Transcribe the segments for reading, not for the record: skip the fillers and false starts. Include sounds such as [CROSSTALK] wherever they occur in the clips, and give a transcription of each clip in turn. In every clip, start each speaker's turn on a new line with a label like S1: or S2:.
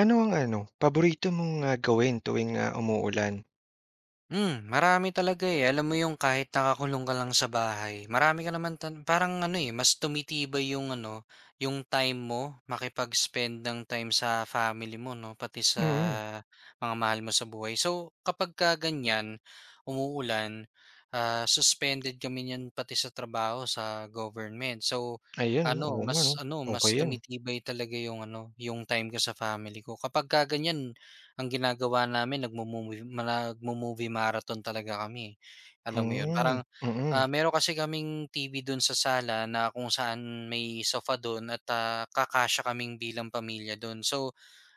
S1: Ano ang ano, paborito mong, gawin tuwing, umuulan?
S2: Marami talaga, eh. Alam mo yung kahit nakakulong ka lang sa bahay, marami ka naman tan parang ano, eh, mas tumitibay yung ano, yung time mo, makipag-spend ng time sa family mo 'no, pati sa
S1: Mm.
S2: mga mahal mo sa buhay. So, kapagka ganyan, umuulan, suspended kami niyan pati sa trabaho, sa government. So,
S1: Ayun,
S2: ano,
S1: oo nga 'no, okey
S2: mas
S1: yun.
S2: tumitibay talaga yung ano, yung time ko sa family ko. Kapagka ganyan ang ginagawa namin, nagmo-movie marathon talaga kami, alam mo yun?
S1: Mm,
S2: Parang,
S1: mm,
S2: meron kasi kaming TV dun sa sala na kung saan may sofa dun at, kakasya kaming bilang pamilya dun. So,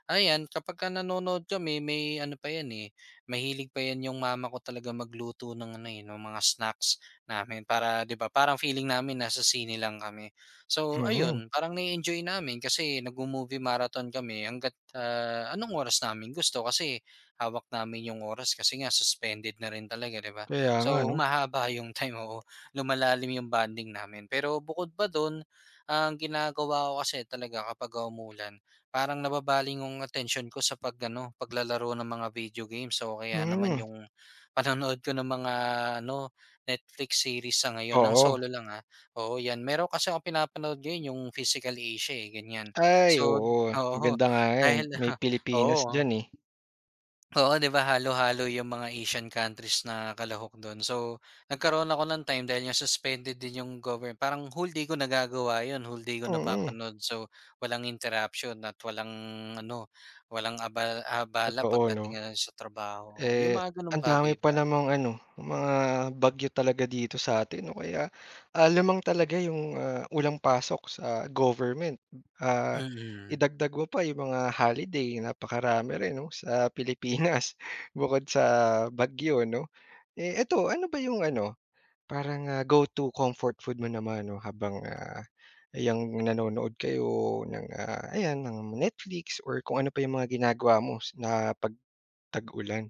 S2: ayan, kapagka nanonood kami may ano pa 'yan, eh, mahilig pa 'yan yung mama ko talaga magluto ng ano, eh, ng mga snacks namin, para 'di ba, parang feeling namin nasa sine lang kami. So
S1: mm.
S2: ayun, parang na enjoy namin kasi nagmo-movie marathon kami hangga't, anong oras namin gusto, kasi hawak namin yung oras kasi nga suspended na rin talaga, 'di ba?
S1: Kaya nga
S2: So
S1: 'no,
S2: humahaba [LAUGHS] yung time, oo, lumalalim yung bonding namin. Pero bukod pa dun, ang ginagawa ko kasi talaga kapagka umulan parang nababaling yung attention ko sa pag-ano, paglalaro ng mga video games, so kaya naman
S1: mm,
S2: yung [LAUGHS] panonood ko ng mga ano, Netflix series sa ngayon ng
S1: oo.
S2: solo lang, ah. Oo, 'yan. Meron kasi akong pinapanood ngayon yung Physical Asia, eh, ganyan.
S1: Ay
S2: So
S1: oo,
S2: oo,
S1: maganda nga yan,
S2: dahil
S1: may
S2: [LAUGHS]
S1: Pilipinas
S2: oo.
S1: diyan, eh.
S2: Oo, 'di ba halo-halo yung mga Asian countries na kalahok dun. So, nagkaroon ako ng time dahil nga suspended din yung government, parang whole day ko nagagawa yun, whole day ko
S1: Mm,
S2: napapanood. So, walang interruption at walang ano, walang aba abala
S1: totoo 'no.
S2: pagdating, na sa trabaho. Yung
S1: Eh,
S2: mga ganong
S1: ang dami
S2: bagay
S1: pa
S2: ba.
S1: namang ano, mga bagyo talaga dito sa sa'tin no kaya, lamang talaga yung, ulang pasok sa government. Ah,
S2: Mm.
S1: Idagdag mo pa yung mga holiday, napakarami rin 'no, sa Pilipinas [LAUGHS] bukod sa bagyo 'no. Eh, eto ano ba yung ano, parang, go to comfort food mo naman 'no habang, yang nanonood kayo ng, ayan ng Netflix or kung ano pa yung mga ginagawa mo s na 'pag ulan.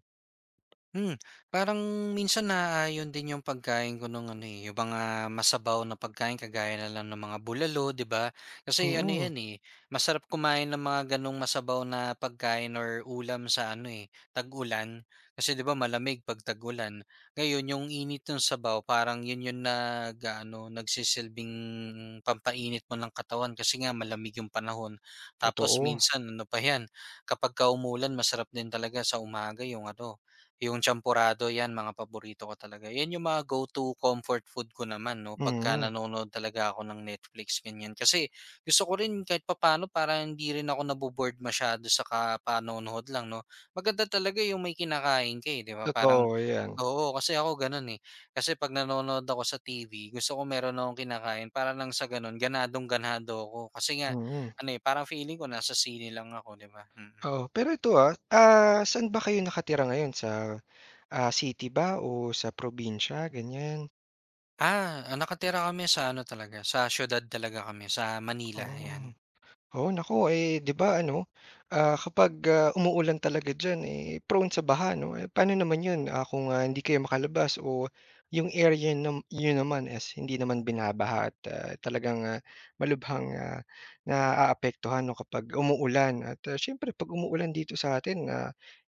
S2: Hmm, parang minsan na naaayon din yung pagkain ko nung ano, eh, yung mga masabaw na pagkain kagaya na lang ng mga bulalo, 'di ba? Kasi ano 'yan, eh, masarap kumain ng mga gano'ng masabaw na pagkain or ulam sa ano, eh, tag-ulan. Kasi 'di ba malamig 'pag tag-ulan. Ngayon yung init ng sabaw parang yun yun nag-aano, nagsisilbing pampainit mo ng katawan kasi nga malamig yung panahon. Tapos
S1: Totoo,
S2: minsan ano pa 'yan, kapagka umulan masarap din talaga sa umaga yung ano, yung champorado, 'yan mga paborito ko talaga, 'yan yung mga go-to comfort food ko naman 'no, pagka
S1: mm.
S2: nanonood talaga ako ng Netflix ganyan. Kasi gusto ko rin kahit papano para hindi rin ako nabo-bored masyado sa kapanonood lang 'no. Maganda talaga yung may kinakain ka, eh, 'di ba, parang
S1: Totoo 'yan,
S2: oo, kasi ako gano'n, eh. Kasi 'pag nanonood ako sa TV gusto ko meron akong kinakain para lang sa gano'n ganadong-ganado ako. Kasi nga
S1: mm.
S2: ano, eh, parang feeling ko nasa sine lang ako, 'di ba? Mm. Mm.
S1: Oo, pero ito, ah, ah, saan ba kayo nakatira ngayon sa, city ba o sa probinsya, ganyan.
S2: Nakatira kami sa ano talaga, sa siyudad talaga kami, sa Manila, ayan.
S1: Oh. Oo, naku, eh, 'di ba ano, kapag, umuulan talaga diyan, eh, prone sa baha 'no, eh, paano naman 'yun, kung, hindi kayo makalabas o yung area nam yun naman is hindi naman binabaha at, talagang, malubhang, naaapektuhan 'no kapag umuulan at, siyempre 'pag umuulan dito sa atin, na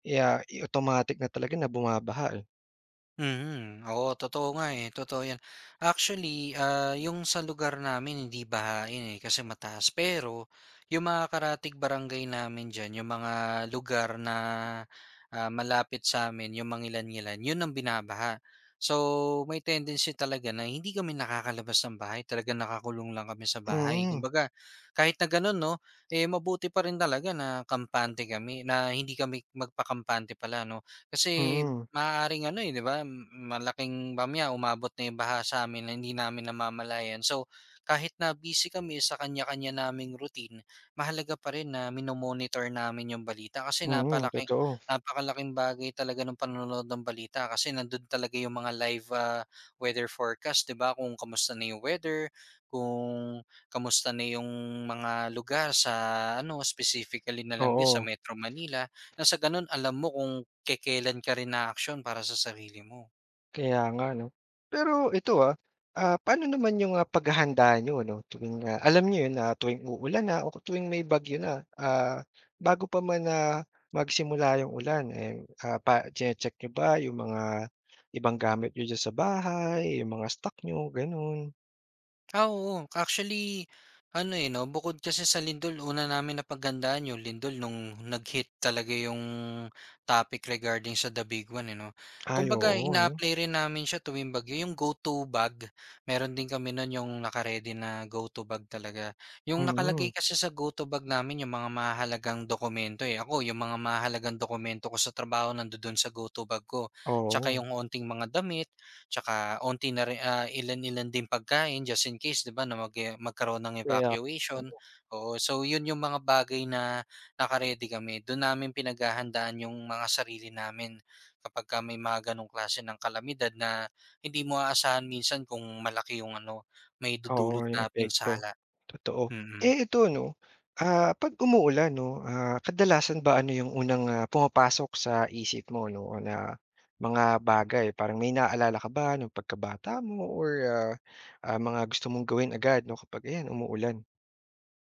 S1: eh, i- automatic na talaga na bumabaha, eh.
S2: Mhm, oo totoo nga, eh, totoo 'yan. Actually, yung sa lugar namin hindi bahain, eh, kasi mataas. Pero yung mga karatig barangay namin diyan, yung mga lugar na, malapit sa'min, yung Mangilan-ngilan, yun ang binabaha. So, may tendency talaga na hindi kami nakakalabas ng bahay, talaga nakakulong lang kami sa bahay.
S1: Mm,
S2: Kumbaga kahit na gano'n 'no, eh, mabuti pa rin talaga na kampante kami, na hindi kami magpakampante pala 'no. Kasi
S1: mm,
S2: maaaring ano, eh, 'di ba, malaking pamya umabot na yung baha sa'min na hindi namin namamalayan. So, kahit na busy kami sa kanya-kanya naming routine, mahalaga pa rin na mino-monitor namin yung balita kasi
S1: mm, totoo,
S2: napakalaking bagay talaga ng panonood ng balita kasi nandun talaga yung mga live, weather forecast, 'di ba, kung kamusta na yung weather, kung kamusta na yung mga lugar sa ano, specifically na lang din sa
S1: oo.
S2: Metro Manila, nang sa ganun alam mo kung kekelan ka rin aaksyon para sa sarili mo.
S1: Kaya nga 'no. Pero ito, ah, ah, paano naman yung, paghahanda niyo 'no tuwing, alam niyo yun na tuwing uulan na o tuwing may bagyo na, bago pa man na magsimula yung ulan, eh, pa check nyo ba yung mga ibang gamit niyo diyan sa bahay, yung mga stock nyo gano'n?
S2: Ah, oo, actually ano, eh, 'no, bukod kasi sa lindol, una namin napaghandaan yung lindol nung nag-hit talaga yung topic regarding sa The Big One, eh, 'no.
S1: Ay
S2: Kumbaga
S1: oo 'no,
S2: ina-apply rin namin siya tuwing bagyo, yung go-to bag. Meron din kami nun yung naka na go-to bag talaga. Yung nakalagay
S1: mm,
S2: kasi sa go-to bag namin yung mga mahalagang dokumento, eh. Ako yung mga mahalagang dokumento ko sa trabaho nandodon sa go-to bag ko, tsaka
S1: oo,
S2: yung onting mga damit, tsaka onti na rin, ilan-ilan din pagkain just in case 'di ba na mag, eh, magkaroon ng
S1: kaya.
S2: evacuation. Oo, so 'yun yung mga bagay na naka kami. Do'n namin pinaghahandaan yung mga sarili namin kapagka may mga gano'ng klase ng kalamidad na hindi mo aasahan minsan, kung malaki yung ano, may maidudulot
S1: Oo, yung
S2: na
S1: epekto,
S2: pinsala,
S1: totoo.
S2: mm.
S1: Eh, ito 'no, 'pag umuulan 'no, kadalasan ba ano yung unang, pumapasok sa isip mo 'no, O na mga bagay? Parang may naalala ka ba nung pagkabata mo or, ah, mga gusto mong gawin agad 'no, kapag ayan umuulan?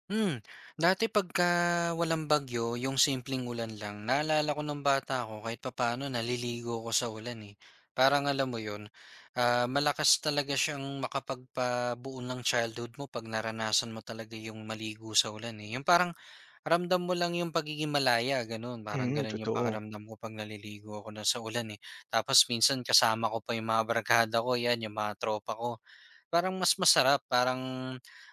S2: Hmm, dati pagka walang bagyo, yung simpleng ulan lang, naalala ko nung bata ako kahit papaano naliligo ko sa ulan, eh. Parang alam mo yun, malakas talaga siyang makapagpabuo ng childhood mo pag naranasan mo talaga yung maligo sa ulan, eh. Yung parang ramdam mo lang yung pagiging malaya, ganun. Parang
S1: Mm,
S2: ganun yung
S1: totoo,
S2: pakiramdam ko pag naliligo ako na sa ulan, eh. Tapos minsan kasama ko pa yung mga barkada ko, yan, yung mga tropa ko. Parang mas masarap, parang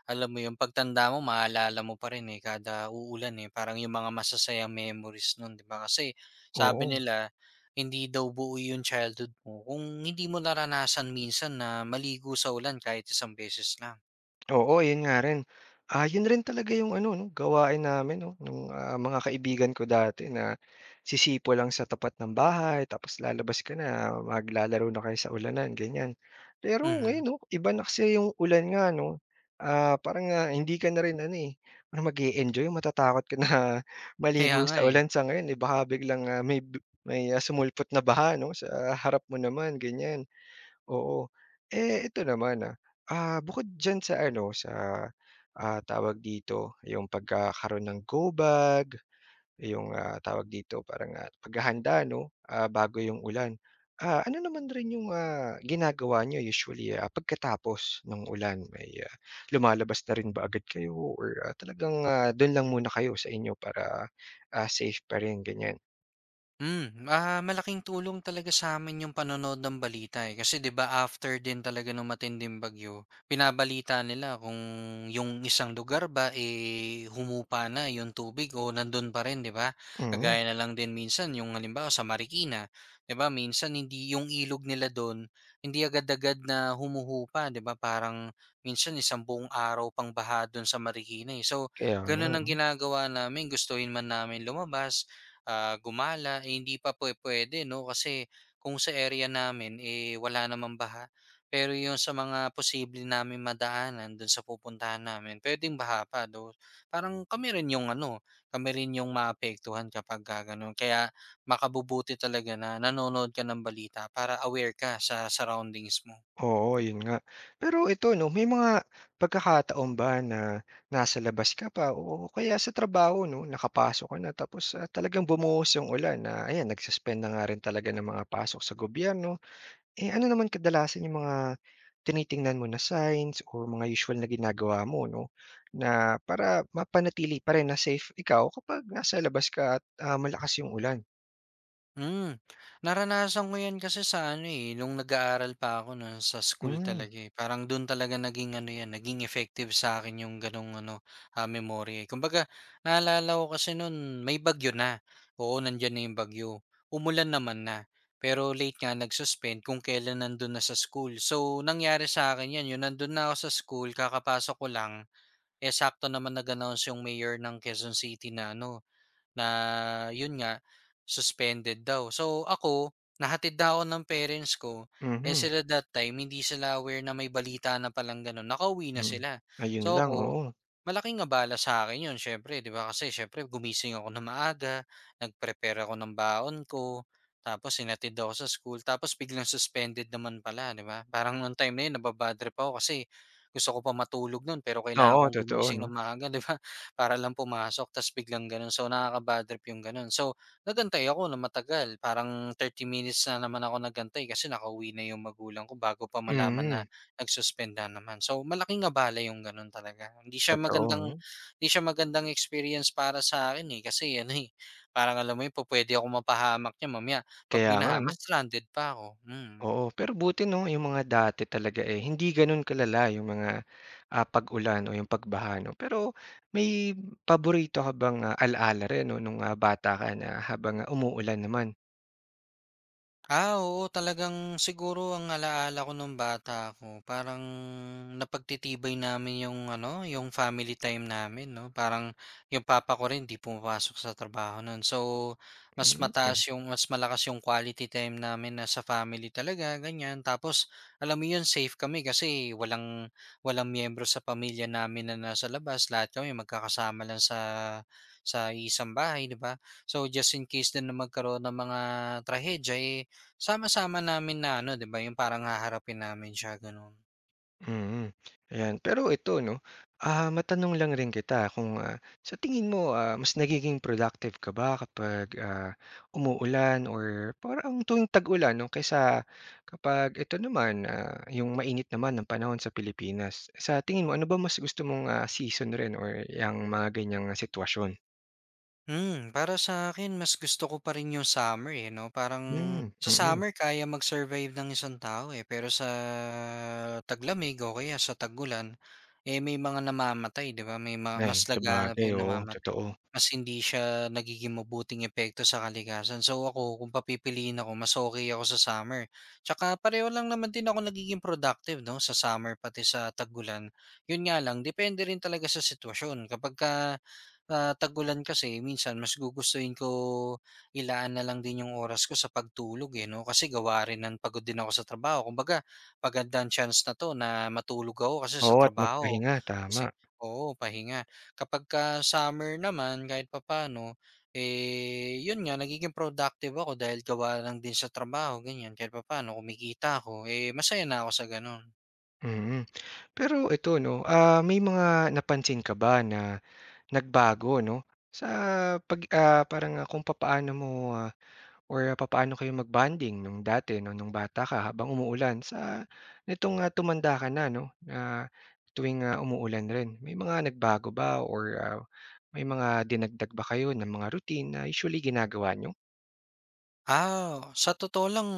S2: alam mo yung pagtanda mo maalala mo pa rin, eh, kada uulan, eh, parang yung mga masasayang memories nun, 'di ba? Kasi sabi
S1: oo.
S2: nila, hindi daw buo yung childhood mo kung hindi mo naranasan minsan na maligo sa ulan kahit isang beses lang.
S1: Oo, yun nga rin. Yun rin talaga yung ano 'no, gawain namin 'no, nung, mga kaibigan ko dati na sisipo lang sa tapat ng bahay tapos lalabas ka na, maglalaro na kayo sa ulanan, ganyan. Pero
S2: Mhm,
S1: ngayon 'no, iba na kasi yung ulan nga 'no, parang, hindi ka na rin ano, eh, parang mag-e-enjoy, matatakot ka na [LAUGHS]
S2: kaya
S1: maligo
S2: nga,
S1: sa
S2: eh.
S1: ulan. Sa ngayon, eh, baka biglang, may bu may, sumulpot na baha 'no, sa harap mo naman, ganyan. Oo. Eh, ito naman, ah, bukod diyan sa ano, sa, tawag dito, yung pagkakaroon ng go bag, yung, tawag dito, parang, paghahanda 'no, bago yung ulan. Ano naman rin yung, ginagawa niyo usually, pagkatapos ng ulan? May, lumalabas na rin ba agad kayo or, talagang, dun lang muna kayo sa inyo para, safe pa rin, ganyan?
S2: Malaking tulong talaga sa sa'min yung panonood ng balita, eh, kasi 'di ba after din talaga nung matinding bagyo, pinabalita nila kung yung isang lugar ba, eh, humupa na yung tubig o nandun pa rin, 'di ba?
S1: Mm,
S2: Kagaya na lang din minsan yung halimbawa sa Marikina, 'di ba minsan hindi yung ilog nila dun, hindi agad-agad na humuhupa, 'di ba? Parang minsan isang buong araw pang baha dun sa Marikina, eh. So,
S1: kaya nga.
S2: ganun ang ginagawa namin gustuhin man namin lumabas, gumala, eh, hindi pa pwede 'no, kasi kung sa area namin, eh, wala namang baha. Pero yung sa mga posible namin madaanan dun sa pupuntahan namin, puwedeng baha pa, though parang kami rin yung ano, kami rin yung maapektuhan kapagka gano'n. Kaya makabubuti talaga na nanonood ka ng balita para aware ka sa surroundings mo.
S1: Oo, yun nga. Pero ito 'no, may mga pagkakataon ba na nasa labas ka pa o kaya sa trabaho 'no, nakapasok ka na tapos, talagang bumuhos yung ulan na ayan nagsuspend suspend na nga rin talaga ng mga pasok sa gobyerno. Eh, ano naman kadalasan yung mga tinitingnan mo na signs o mga usual na ginagawa mo 'no, na para mapanatili pa rin na safe ikaw kapag nasa labas ka at, malakas yung ulan?
S2: Hmm, naranasan ko 'yan kasi sa ano, eh, nung nag-aaral pa ako nun sa school
S1: Hmm,
S2: talaga, eh. Parang dun talaga naging ano 'yan, naging effective sa akin yung gano'ng ano, memorya, eh. Kumbaga naalala ko kasi noon, may bagyo na, oo, nandiyan na yung bagyo. Umulan naman na, pero late nga nag-suspend kung kailan nandun na sa school. So, nangyari sa'kin 'yan, yun, nandun na ako sa school kakapasok ko lang, eh, sakto naman nag-announce yung mayor ng Quezon City na ano, na yun nga, suspended daw. So ako, nahatid na ako ng parents ko, eh
S1: mhm,
S2: sila that time hindi sila aware na may balita na palang ganun, nakauwi na
S1: mm.
S2: sila.
S1: Ayun
S2: So
S1: lang,
S2: ako,
S1: oo.
S2: malaking abala sa akin yun syempre, 'di ba? Kasi syempre gumising ako na maaga, nag-prepare ako ng baon ko, tapos sinatid ako sa school, tapos biglang suspended naman pala, 'di ba? Parang noong time na yun nababadtrip ako kasi gusto ko pa matulog nun pero kailangan
S1: Oo,
S2: kong
S1: totoo
S2: gumising
S1: 'no?
S2: ng maaga, [LAUGHS] 'di ba? Para lang pumasok tas biglang gano'n. So, nakaka-bad trip yung gano'n. So, nagantay ako na matagal, parang 30 minutes na naman ako nagantay kasi nakauwi na yung magulang ko bago pa malaman na
S1: Mm.
S2: nag-suspend na naman. So, malaking abala yung gano'n talaga.
S1: Totoo, hmm,
S2: Hindi siya magandang experience para sa akin eh, kasi ano, eh, parang alam mo yun, pupuwede ako mapahamak niyan mamaya 'pag
S1: kaya nga 'no,
S2: binahamak stranded pa ako, mm.
S1: oo. Pero buti 'no, yung mga dati talaga, eh, hindi gano'n kalala yung mga, pag-ulan o yung pagbaha 'no. Pero may paborito ka bang, ala-ala rin 'no, nung, bata ka na habang ah, umuulan naman?
S2: Ah, oo talagang siguro ang ala-ala ko nung bata ako parang napagtitibay namin yung ano, yung family time namin 'no. Parang yung papa ko rin 'di pumapasok sa trabaho nun. So,
S1: Mm. mm.
S2: mas malakas yung quality time namin na sa family talaga ganyan. Tapos alam mo yun safe kami kasi walang walang miyembro sa pamilya namin na nasa labas. Lahat kami magkakasama lang sa isang bahay, 'di ba? So, just in case din na magkaroon ng mga trahedya, eh, sama-sama namin na ano, 'di ba, yung parang haharapin namin siya gano'n.
S1: Mm, ayan. Pero ito 'no, matanong lang rin kita kung, sa tingin mo, mas nagiging productive ka ba kapag, umuulan or parang tuwing tag-ulan 'no, kaysa kapag ito naman, yung mainit naman ng panahon sa Pilipinas? Sa tingin mo, ano ba mas gusto mong, season rin or yung mga ganyang ah, sitwasyon?
S2: Para sa akin mas gusto ko pa rin yung summer, eh, 'no, parang
S1: Hmm,
S2: sa
S1: mm.
S2: summer kaya mag-survive ng isang tao, eh, pero sa taglamig o kaya sa tag, eh, may mga namamatay, 'di ba? May mga
S1: Ay,
S2: mas laganap
S1: sabagay,
S2: yung
S1: oo,
S2: namamatay,
S1: totoo.
S2: mas hindi siya nagiging mabuting epekto sa kalikasan. So, ako kung papipiliin ako, mas okay ako sa summer. Tsaka pareho lang naman din ako nagiging productive, 'no, sa summer pati sa tag. Yun nga lang depende rin talaga sa sitwasyon kapagka, tag-ulan kasi minsan mas gugustuhin ko ilaan na lang din yung oras ko sa pagtulog, eh, 'no, kasi gawa rin ng pagod din ako sa trabaho. Kumbaga magandang chance na 'to na matulog ako kasi sa
S1: Oo, at
S2: trabaho,
S1: magpahinga, tama.
S2: kasi oo, pahinga. Kapagka summer naman kahit papaano, eh, yun nga nagiging productive ako dahil gawa lang din sa trabaho, ganyan. Kahit papaano kumikita ako, eh, masaya na ako sa gano'n.
S1: Mm. Pero ito 'no, may mga napansin ka ba na nagbago 'no? Sa pag ah, parang, kung papaano mo, ah, or ah, papaano kayo magbanding bonding nung dati 'no, nung bata ka habang umuulan sa nitong, tumanda ka na 'no, na tuwing, umuulan rin. May mga nagbago ba or, may mga dinagdag ba kayo ng mga routine na usually ginagawa niyo?
S2: Ah, sa totoo lang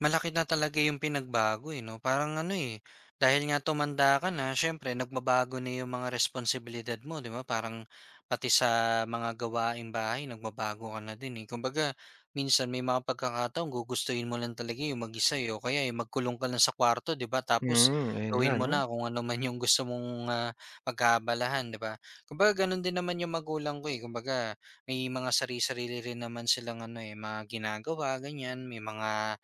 S2: malaki na talaga yung pinagbago, eh, 'no? Parang ano, eh, dahil nga tumanda ka na siyempre nagbabago na yung mga responsibilidad mo, 'di ba? Parang pati sa mga gawaing bahay nagbabago ka na din, eh. Kumbaga minsan may mga pagkakataon gugustuhin mo lang talaga yung mag-isa, eh, o kaya, eh, magkulong ka lang sa kwarto, 'di ba? Tapos
S1: Hmm, ayun nga
S2: gawin mo
S1: 'no?
S2: na kung ano man yung gusto mong, pagkaabalahan, 'di ba? Kumbaga gano'n din naman yung magulang ko, eh. Kumbaga may mga sarili sarili rin naman silang ano, eh, mga ginagawa ganiyan,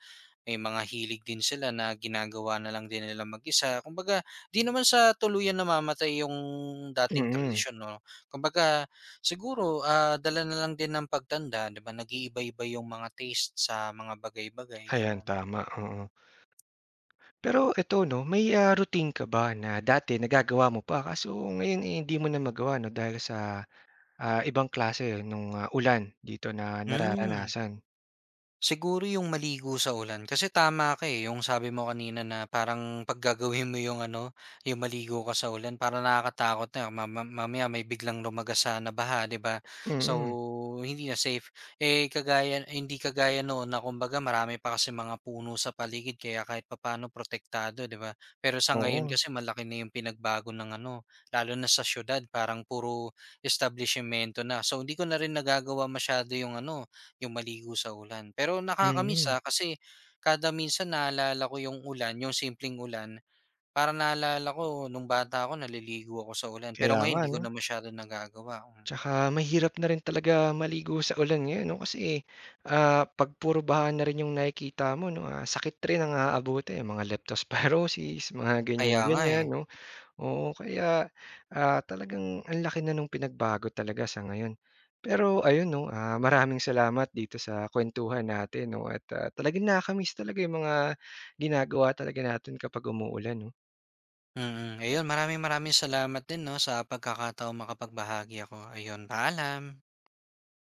S2: may mga hilig din sila na ginagawa na lang din nila mag-isa. Kumbaga 'di naman sa tuluyan namamatay yung dating
S1: Mm,
S2: tradisyon 'no. Kumbaga siguro, dala na lang din ng pagtanda 'di ba, nag-iiba-iba yung mga taste sa mga bagay-bagay
S1: ayan
S2: gano'n.
S1: tama, oo. Pero eto 'no, may, routine ka ba na dati nagagawa mo pa kaso ngayon, eh, hindi mo na magawa 'no dahil sa ibang klase nung, ulan dito na
S2: Hmm.
S1: nararanasan.
S2: Siguro yung maligo sa ulan kasi tama ka, eh, yung sabi mo kanina na parang 'pag mo yung ano, yung maligo ka sa ulan parang nakakatakot na ma ma mamaya may biglang lumagasa na baha, 'di ba? So,
S1: Mm,
S2: hindi na safe. Eh, kagaya hindi kagaya noon na kumbaga marami pa kasi mga puno sa paligid kaya kahit papaano protektado, 'di ba? Pero sa ngayon
S1: oo,
S2: kasi malaki na yung pinagbago ng ano, lalo na sa siyudad parang puro establisyemento na. So, hindi ko na rin nagagawa masyado yung ano, yung maligo sa ulan. Pero nakakamiss,
S1: mm.
S2: kasi kada minsan naalala ko yung ulan, yung simpleng ulan, parang naalala ko nung bata ako naliligo ako sa ulan. Pero
S1: Kaya
S2: ngayon
S1: nga
S2: hindi ko
S1: 'no.
S2: na masyado nagagawa, mm.
S1: Tsaka mahirap na rin talaga maligo sa ulan ngayon 'no, kasi, 'pag puro baha na rin yung nakikita mo 'no, sakit rin ang aabutin, mga leptospirosis, mga
S2: Kaya nga,
S1: ganyan-ganyan
S2: eh.
S1: 'no. Oo, kaya, talagang ang laki na nung pinagbago talaga sa ngayon. Pero ayun 'no, maraming salamat dito sa kuwentuhan natin 'no at, talagang nakakamiss talaga yung mga ginagawa talaga natin kapag umuulan 'no.
S2: Mm, ayun maraming maraming salamat din 'no, sa pagkakataong makapagbahagi ako. Ayun, paalam.